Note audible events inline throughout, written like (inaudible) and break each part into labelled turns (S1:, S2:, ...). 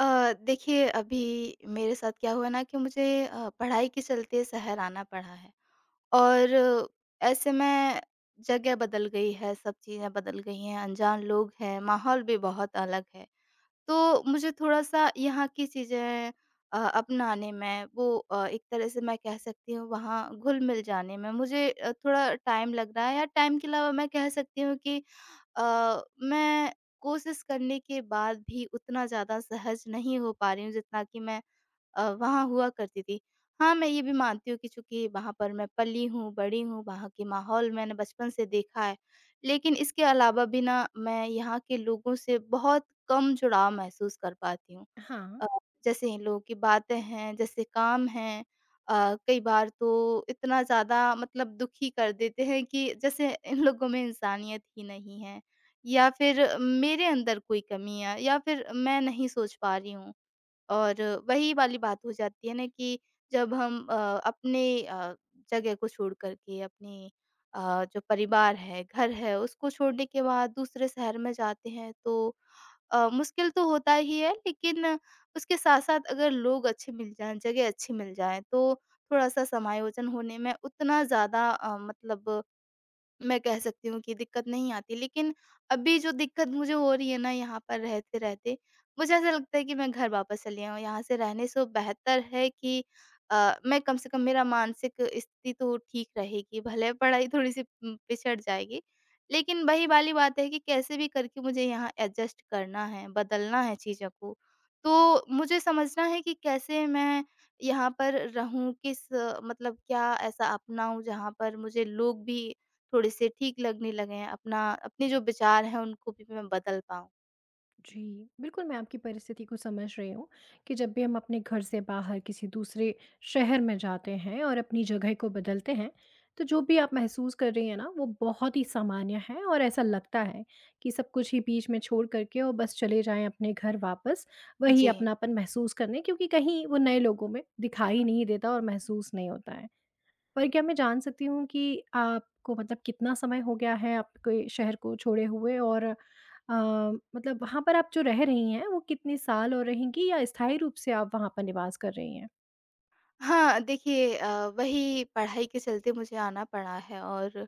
S1: देखिए अभी मेरे साथ क्या हुआ ना कि मुझे पढ़ाई के चलते शहर आना पड़ा है और ऐसे में जगह बदल गई है, सब चीज़ें बदल गई हैं, अनजान लोग हैं, माहौल भी बहुत अलग है। तो मुझे थोड़ा-सा यहाँ की चीज़ें अपनाने में वो एक तरह से मैं कह सकती हूँ वहाँ घुल-मिल जाने में मुझे थोड़ा टाइम लग रहा है या टाइम के अलावा मैं कह सकती हूँ कि मैं कोशिश करने के बाद भी उतना ज़्यादा सहज नहीं हो पा रही हूँ जितना कि मैं वहाँ हुआ करती थी। हाँ, मैं ये भी मानती हूँ कि चूँकि वहाँ पर मैं पली हूँ, बड़ी हूँ, वहाँ के माहौल मैंने बचपन से देखा है। लेकिन इसके अलावा भी ना मैं यहाँ के लोगों से बहुत कम जुड़ाव महसूस कर पाती हूँ।
S2: हाँ,
S1: अ, जैसे इन लोगों की बातें हैं, जैसे काम हैं कई बार तो इतना ज़्यादा मतलब दुखी कर देते हैं कि जैसे इन लोगों में इंसानियत ही नहीं है या फिर मेरे अंदर कोई कमी है या फिर मैं नहीं सोच पा रही हूँ। और वही वाली बात हो जाती है ना कि जब हम अपने जगह को छोड़ कर के अपने जो परिवार है, घर है उसको छोड़ने के बाद दूसरे शहर में जाते हैं तो मुश्किल तो होता ही है लेकिन उसके साथ-साथ अगर लोग अच्छे मिल जाएँ, जगह अच्छी मिल जाए तो थोड़ा-सा समायोजन होने में उतना ज़्यादा मतलब मैं कह सकती हूँ कि दिक्कत नहीं आती। लेकिन अभी जो दिक्कत मुझे हो रही है ना यहाँ पर रहते-रहते, मुझे ऐसा लगता है कि मैं घर वापस चली आऊँ। यहाँ से रहने से बेहतर है कि मैं कम से कम मेरा मानसिक स्थिति तो ठीक रहेगी, भले पढ़ाई थोड़ी-सी पिछड़ जाएगी। लेकिन वही वाली बात है कि कैसे भी करके मुझे यहाँ एडजस्ट करना है, बदलना है चीज़ों को। तो मुझे समझना है कि कैसे मैं यहाँ पर रहूँ, किस मतलब क्या ऐसा अपनाऊँ जहाँ पर मुझे लोग भी थोड़े-से ठीक लगने लगे हैं, अपना अपने जो विचार हैं उनको भी मैं बदल पाऊँ।
S2: जी। बिल्कुल, मैं आपकी परिस्थिति को समझ रही हूँ कि जब भी हम अपने घर से बाहर किसी दूसरे शहर में जाते हैं और अपनी जगह को बदलते हैं, तो जो भी आप महसूस कर रही हैं ना, वो बहुत ही सामान्य है और ऐसा लगता है कि सब कुछ ही बीच में छोड़ कर के और बस चले जाएँ अपने घर वापस, वही
S1: जी।
S2: अपनापन महसूस करने क्योंकि कहीं वो नए लोगों में दिखाई नहीं देता और महसूस नहीं होता है। पर क्या मैं जान सकती हूँ कि आपको मतलब कितना समय हो गया है आपके शहर को छोड़े हुए और मतलब वहाँ पर आप जो रह रही हैं वो कितने साल हो रहेंगी या स्थायी रूप से आप वहाँ पर निवास कर रही हैं?
S1: हाँ, देखिए वही पढ़ाई के चलते मुझे आना पड़ा है और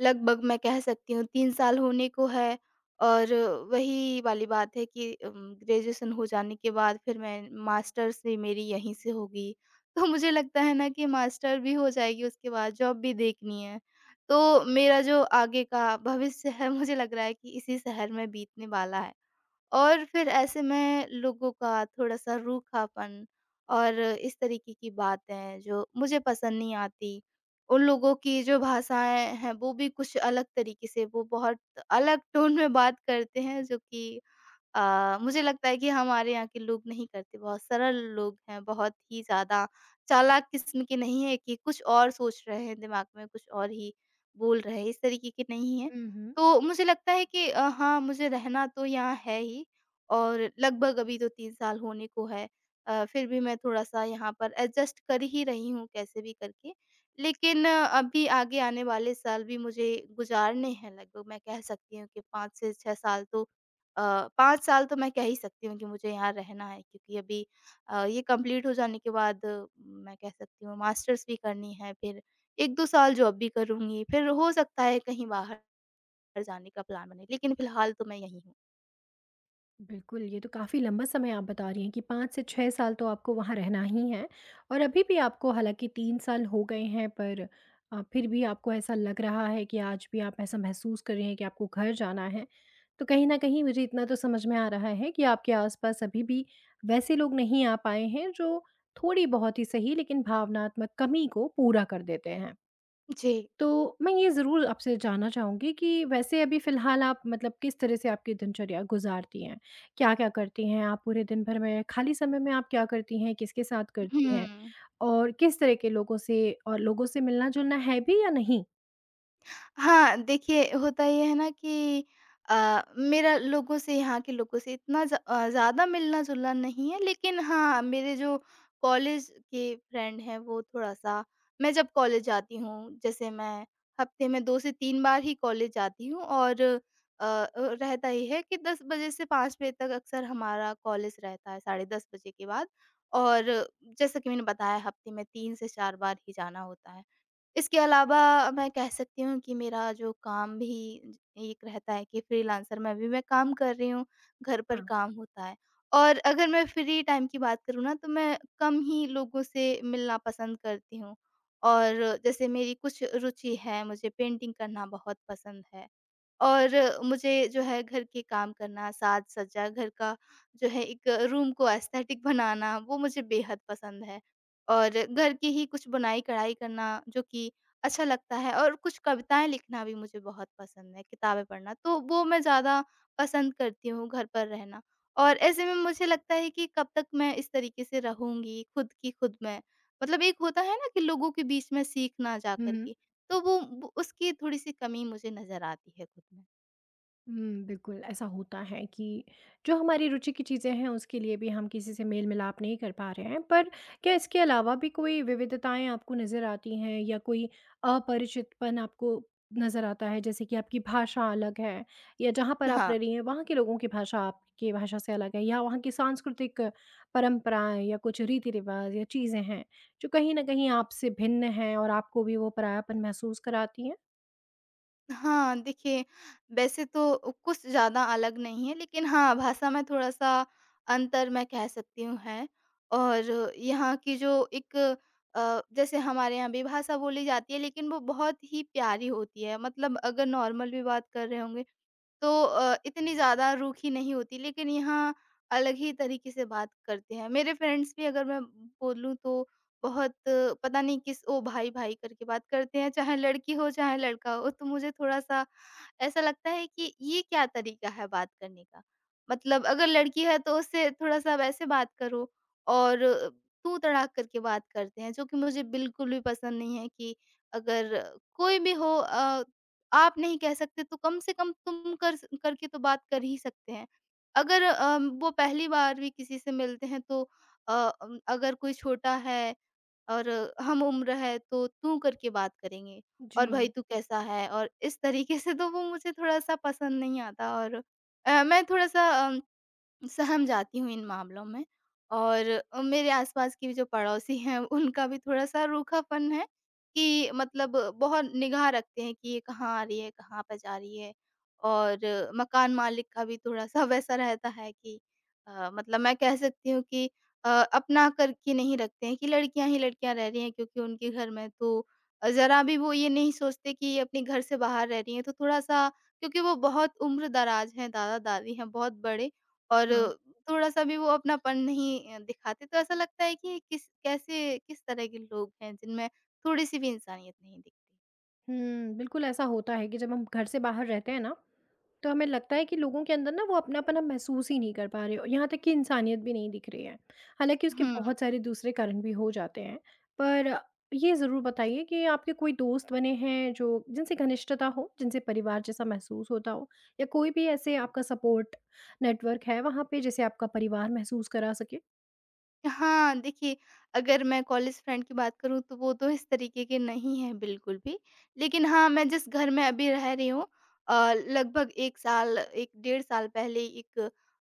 S1: लगभग मैं कह सकती हूँ 3 साल होने को है और वही वाली बात है कि ग्रेजुएशन हो जाने के बाद फिर मैं मास्टर्स भी मेरी यहीं से होगी। तो मुझे लगता है ना कि मास्टर भी हो जाएगी उसके बाद जॉब भी देखनी है। तो मेरा जो आगे का भविष्य है मुझे लग रहा है कि इसी शहर में बीतने वाला है। और फिर ऐसे में लोगों का थोड़ा-सा रूखापन और इस तरीके की बातें जो मुझे पसंद नहीं आती। उन लोगों की जो भाषाएँ हैं, वो भी कुछ अलग तरीके से वो बहुत अलग टोन में बात करते हैं जो कि मुझे लगता है कि हमारे यहाँ के लोग नहीं करते, बहुत सरल लोग हैं, बहुत ही ज़्यादा चालाक किस्म के नहीं है कि कुछ और सोच रहे हैं दिमाग में, कुछ और ही बोल रहे हैं, इस तरीके के नहीं हैं।
S2: हुँ, हुँ।
S1: तो मुझे लगता है कि हाँ, मुझे रहना तो यहाँ है ही और लगभग अभी तो 3 साल होने को है। फिर भी मैं थोड़ा-सा यहाँ पर एडजस्ट कर ही रही हूँ कैसे भी करके। लेकिन अभी आगे आने वाले साल भी मुझे गुज़ारने हैं लगभग मैं कह सकती हूँ कि 5 से 6 साल तो 5 साल तो मैं कह ही सकती हूँ कि मुझे यहाँ रहना है क्योंकि अभी ये कंप्लीट हो जाने के बाद मैं कह सकती हूँ मास्टर्स भी करनी है, फिर 1-2 साल जॉब भी करूँगी, फिर हो सकता है कहीं बाहर जाने का प्लान बने, लेकिन फिलहाल तो मैं यहीं हूँ।
S2: बिल्कुल, ये तो काफ़ी लंबा समय आप बता रही हैं कि 5 से 6 साल तो आपको वहाँ रहना ही है और अभी भी आपको हालाँकि 3 साल हो गए हैं, पर फिर भी आपको ऐसा लग रहा है कि आज भी आप ऐसा महसूस कर रहे हैं कि आपको घर जाना है। तो कहीं न कहीं मुझे इतना तो समझ में आ रहा है कि आपके आस-पास अभी भी वैसे लोग नहीं आ पाए हैं जो थोड़ी-बहुत ही सही, लेकिन भावनात्मक कमी को पूरा कर देते हैं।
S1: जी।
S2: तो मैं ये ज़रूर आपसे जानना चाहूँगी कि वैसे अभी फ़िलहाल आप मतलब किस तरह से आपकी दिनचर्या गुज़ारती हैं? क्या-क्या करती हैं? आप पूरे दिन भर में खाली समय में आप क्या करती हैं? किसके साथ करती हैं?
S1: हुँ।
S2: और किस तरह के लोगों से और लोगों से मिलना-जुलना है भी या नहीं?
S1: हाँ, देखिए होता ये है ना कि मेरा लोगों से यहाँ के लोगों से इतना ज़्यादा मिलना-जुलना नहीं है लेकिन हाँ, मेरे जो कॉलेज के फ्रेंड हैं वो थोड़ा-सा मैं जब कॉलेज जाती हूँ, जैसे मैं हफ्ते में 2 से 3 बार ही कॉलेज जाती हूँ और रहता ये है कि 10 बजे से 5 बजे तक अक्सर हमारा कॉलेज रहता है, साढ़े 10 बजे के बाद और जैसा कि मैंने बताया हफ्ते में 3 से 4 बार ही जाना होता है। इसके अलावा मैं कह सकती हूँ कि मेरा जो काम भी ज एक रहता है कि फ्रीलांसर में भी मैं काम कर रही हूँ, घर पर
S2: हाँ।
S1: काम होता है। और अगर मैं फ्री टाइम की बात करूँ ना तो मैं कम ही लोगों से मिलना पसंद करती हूँ। और जैसे मेरी कुछ रुचि है, मुझे पेंटिंग करना बहुत पसंद है। और मुझे जो है घर के काम करना, साज-सज्जा, घर का जो है एक रूम को एस्थेटिक बनाना, वो मुझे बेहद पसंद है। और घर की ही कुछ बुनाई-कढ़ाई करना जो कि अच्छा लगता है और कुछ कविताएँ लिखना भी मुझे बहुत पसंद है, किताबें पढ़ना। तो वो मैं ज़्यादा पसंद करती हूँ घर पर रहना और ऐसे में मुझे लगता है कि कब तक मैं इस तरीके से रहूँगी खुद की खुद में। मतलब एक होता है ना कि लोगों के बीच में सीखना जा
S2: हुँ,
S1: कर
S2: हुँ।
S1: के, तो वो उसकी थोड़ी-सी कमी मुझे नज़र आती है खुद में।
S2: हुँ, बिल्कुल, ऐसा होता है कि जो हमारी रुचि की चीज़ें हैं, उसके लिए भी हम किसी से मेल-मिलाप नहीं कर पा रहे हैं। पर क्या इसके अलावा भी कोई विविधताएँ आपको नज़र आती हैं या कोई अपरिचितपन आपको नज़र आता है? जैसे कि आपकी भाषा अलग है या जहाँ पर आप
S1: हाँ।
S2: रह रही हैं, वहाँ के लोगों की भाषा आपकी भाषा से अलग है या वहाँ की सांस्कृतिक परंपराएँ या कुछ रीति-रिवाज़ या चीज़ें हैं, जो कहीं न कहीं आपसे भिन्न हैं और आपको भी वो परायापन महसूस कराती हैं?
S1: हाँ, देखिए, वैसे तो कुछ ज़्यादा अलग नहीं है, लेकिन हाँ, भाषा में थोड़ा-सा अंतर मैं कह सकती हूँ है। और यहाँ की जो एक जैसे हमारे यहाँ भी भाषा बोली जाती है, लेकिन वो बहुत ही प्यारी होती है। मतलब अगर नॉर्मल भी बात कर रहे होंगे तो इतनी ज़्यादा रूखी नहीं होती लेकिन यहाँ अलग ही तरीके से बात करते हैं। मेरे फ्रेंड्स भी अगर मैं बोलूँ तो बहुत पता नहीं किस ओ भाई भाई करके बात करते हैं, चाहे लड़की हो चाहे लड़का हो। तो मुझे थोड़ा-सा ऐसा लगता है कि ये क्या तरीका है बात करने का? मतलब अगर लड़की है तो उससे थोड़ा-सा वैसे बात करो और तू तड़ाक करके बात करते हैं जो कि मुझे बिल्कुल भी पसंद नहीं है कि अगर कोई भी हो, आप नहीं कह सकते तो कम से कम तुम कर स करके तो बात कर ही सकते हैं। अगर वो पहली बार भी किसी से मिलते हैं तो अगर कोई छोटा है और हम उम्र है तो तू करके बात करेंगे और
S2: जी।
S1: भाई तू कैसा है? और इस तरीके से तो वो मुझे थोड़ा-सा पसंद नहीं आता और मैं थोड़ा-सा अम सहम जाती हूँ इन मामलों में और मेरे आसपास की जो पड़ोसी हैं उनका भी थोड़ा-सा रूखापन है कि मतलब बहुत निगाह रखते हैं कि ये कहाँ आ रही है, कहाँ पे जा रही है और मकान मालिक का भी थोड़ा-सा (laughs) वैसा रहता है कि मतलब मैं कह सकती हूँ कि अ, अपना कर के नहीं रखते हैं कि लड़कियाँ ही लड़कियाँ रह रही हैं क्योंकि उनके घर में तो ज़रा भी वो ये नहीं सोचते कि ये अपने घर से बाहर रह रही हैं तो थोड़ा-सा क्योंकि वो बहुत उम्र दराज हैं, दादा-दादी हैं, बहुत बड़े और थोड़ा-सा भी वो अपनापन नहीं दिखाते, तो ऐसा लगता है कि किस कैसे किस तरह के लोग हैं जिनमें थोड़ी-सी भी इंसानियत नहीं दिखती।
S2: हुँ, बिल्कुल ऐसा होता है कि जब हम घर से बाहर रहते हैं ना, तो हमें लगता है कि लोगों के अंदर ना वो अपनापन हम महसूस ही नहीं कर पा रहे और यहाँ तक कि इंसानियत भी नहीं दिख रही है। हालाँकि उसके
S1: हुँ।
S2: बहुत सारे दूसरे कारण भी हो जाते हैं। पर ये ज़रूर बताइए कि आपके कोई दोस्त बने हैं जो जिनसे घनिष्ठता हो, जिनसे परिवार जैसा महसूस होता हो या कोई भी ऐसे आपका सपोर्ट नेटवर्क है, वहाँ पे जैसे आपका परिवार महसूस करा सके?
S1: हाँ, देखिए, अगर मैं कॉलेज फ्रेंड की बात करूँ तो वो तो इस तरीके के नहीं हैं बिल्कुल भी। लेकिन हाँ, मैं जिस घर में अभी रह रही हूँ लगभग 1 साल 1 डेढ़ साल पहले एक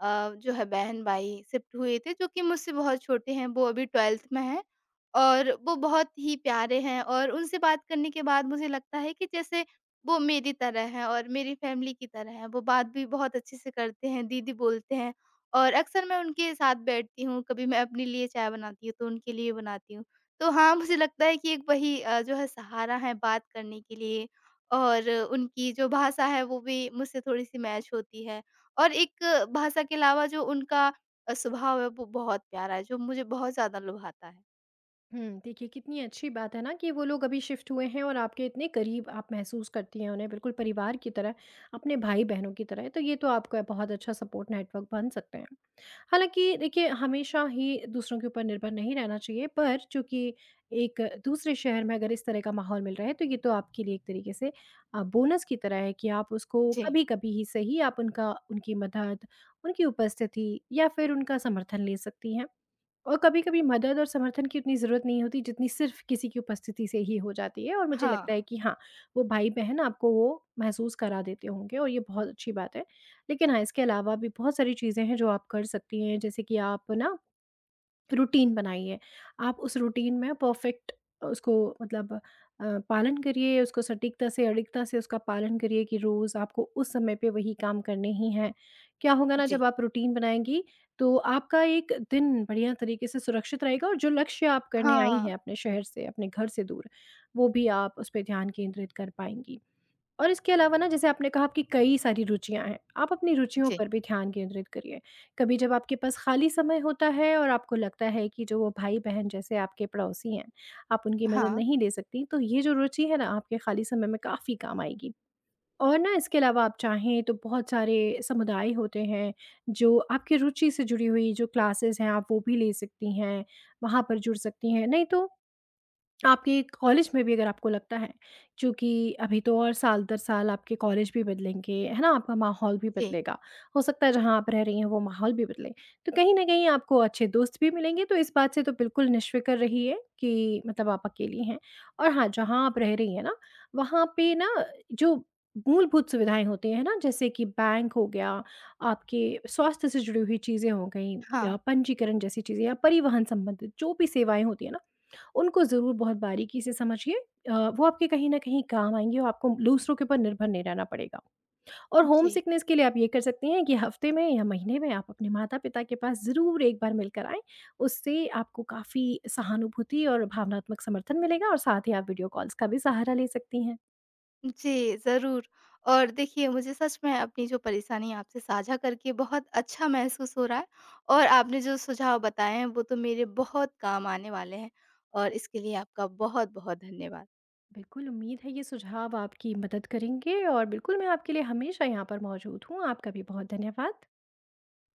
S1: अ, जो है बहन-भाई शिफ्ट हुए थे जो कि मुझसे बहुत छोटे हैं, वो अभी 12th में हैं और वो बहुत ही प्यारे हैं और उनसे बात करने के बाद मुझे लगता है कि जैसे वो मेरी तरह हैं और मेरी फैमिली की तरह हैं। वो बात भी बहुत अच्छे से करते हैं, दीदी बोलते हैं और अक्सर मैं उनके साथ बैठती हूँ, कभी मैं अपने लिए चाय बनाती हूँ, तो उनके लिए बनाती हूँ। तो हाँ, मुझे लगता है कि एक वही जो है सहारा है बात करने के लिए और उनकी जो भाषा है वो भी मुझसे थोड़ी-सी मैच होती है। और एक भाषा के अलावा जो उनका स्वभाव है वो बहुत प्यारा है, जो मुझे बहुत ज़्यादा लुभाता है।
S2: हुँ, देखिए कितनी अच्छी बात है ना कि वो लोग अभी शिफ्ट हुए हैं और आपके इतने करीब आप महसूस करती हैं उन्हें, बिल्कुल परिवार की तरह, अपने भाई-बहनों की तरह। तो ये तो आपका बहुत अच्छा सपोर्ट नेटवर्क बन सकते हैं। हालाँकि देखिए हमेशा ही दूसरों के ऊपर निर्भर नहीं रहना चाहिए, पर चूँकि एक दूसरे शहर में अगर इस तरह का माहौल मिल रहा है, तो ये तो आपके लिए एक तरीके से बोनस की तरह है कि आप उसको
S1: जी।
S2: कभी-कभी ही सही, आप उनका उनकी मदद, उनकी उपस्थिति या फिर उनका समर्थन ले सकती हैं। और कभी-कभी मदद और समर्थन की उतनी ज़रूरत नहीं होती जितनी सिर्फ़ किसी की उपस्थिति से ही हो जाती है और मुझे
S1: हाँ।
S2: लगता है कि हाँ, वो भाई-बहन आपको वो महसूस करा देते होंगे और ये बहुत अच्छी बात है। लेकिन हाँ, इसके अलावा भी बहुत सारी चीज़ें हैं जो आप कर सकती हैं, जैसे कि आप ना रूटीन बनाइए। आप उस रूटीन में परफ़ेक्ट उसको मतलब पालन करिए, उसको सटीकता से, अडिगता से उसका पालन करिए कि रोज़ आपको उस समय पे वही काम करने ही हैं। क्या होगा ना,
S1: जी।
S2: जब आप रूटीन बनाएँगी, तो आपका एक दिन बढ़िया तरीके से सुरक्षित रहेगा और जो लक्ष्य आप करने आई
S1: हाँ।
S2: हैं अपने शहर से, अपने घर से दूर, वो भी आप उस पे ध्यान केंद्रित कर पाएँगी। और इसके अलावा ना, जैसे आपने कहा आपकी कई सारी रुचियाँ हैं, आप अपनी रुचियों
S1: जी।
S2: पर भी ध्यान केंद्रित करिए। कभी जब आपके पास खाली समय होता है और आपको लगता है कि जो वो भाई-बहन जैसे आपके पड़ोसी हैं, आप उनकी मदद
S1: हाँ।
S2: नहीं ले सकती, तो ये जो रुचि है ना आपके खाली समय में काफ़ी काम आएगी। और ना इसके अलावा आप चाहें तो बहुत सारे समुदाय होते हैं, जो आपकी रुचि से जुड़ी हुई जो क्लासेस हैं आप वो भी ले सकती हैं, वहाँ पर जुड़ सकती हैं। नहीं तो आपके कॉलेज में भी अगर आपको लगता है, चूँकि अभी तो और साल दर साल आपके कॉलेज भी बदलेंगे, है ना? आपका माहौल भी
S1: जी।
S2: बदलेगा। हो सकता है जहाँ आप रह रही हैं वो माहौल भी बदले। तो कहीं न कहीं आपको अच्छे दोस्त भी मिलेंगे, तो इस बात से तो बिल्कुल निश्फ़िक्र रहिए कि मतलब आप अकेली हैं। और हाँ, जहाँ आप रह रही हैं ना, वहाँ पे ना जो मूलभूत सुविधाएँ होती हैं ना, जैसे कि बैंक हो गया, आपके स्वास्थ्य से जुड़ी हुई चीज़ें हो गईं
S1: हाँ।
S2: या पंजीकरण जैसी चीज़ें या परिवहन संबंधित जो भी सेवाएँ होती हैं ना, उनको ज़रूर बहुत बारीकी से समझिए। वो आपके कहीं न कहीं काम आएँगी और आपको दूसरों के ऊपर निर्भर नहीं रहना पड़ेगा। और होम
S1: जी।
S2: सिकनेस के लिए आप ये कर सकती हैं कि हफ़्ते में या महीने में आप अपने माता-पिता के पास ज़रूर एक बार मिलकर आएँ। उससे आपको काफ़ी सहानुभूति और भावनात्मक समर्थन मिलेगा और साथ ही आप वीडियो कॉल्स का भी सहारा ले सकती हैं।
S1: जी, ज़रूर। और देखिए, मुझे सच में अपनी जो परेशानी आपसे साझा करके बहुत अच्छा महसूस हो रहा है और आपने जो सुझाव बताए हैं, वो तो मेरे बहुत काम आने वाले हैं और इसके लिए आपका बहुत-बहुत धन्यवाद।
S2: बिल्कुल, उम्मीद है ये सुझाव आपकी मदद करेंगे और बिल्कुल मैं आपके लिए हमेशा यहाँ पर मौजूद हूँ। आपका भी बहुत धन्यवाद।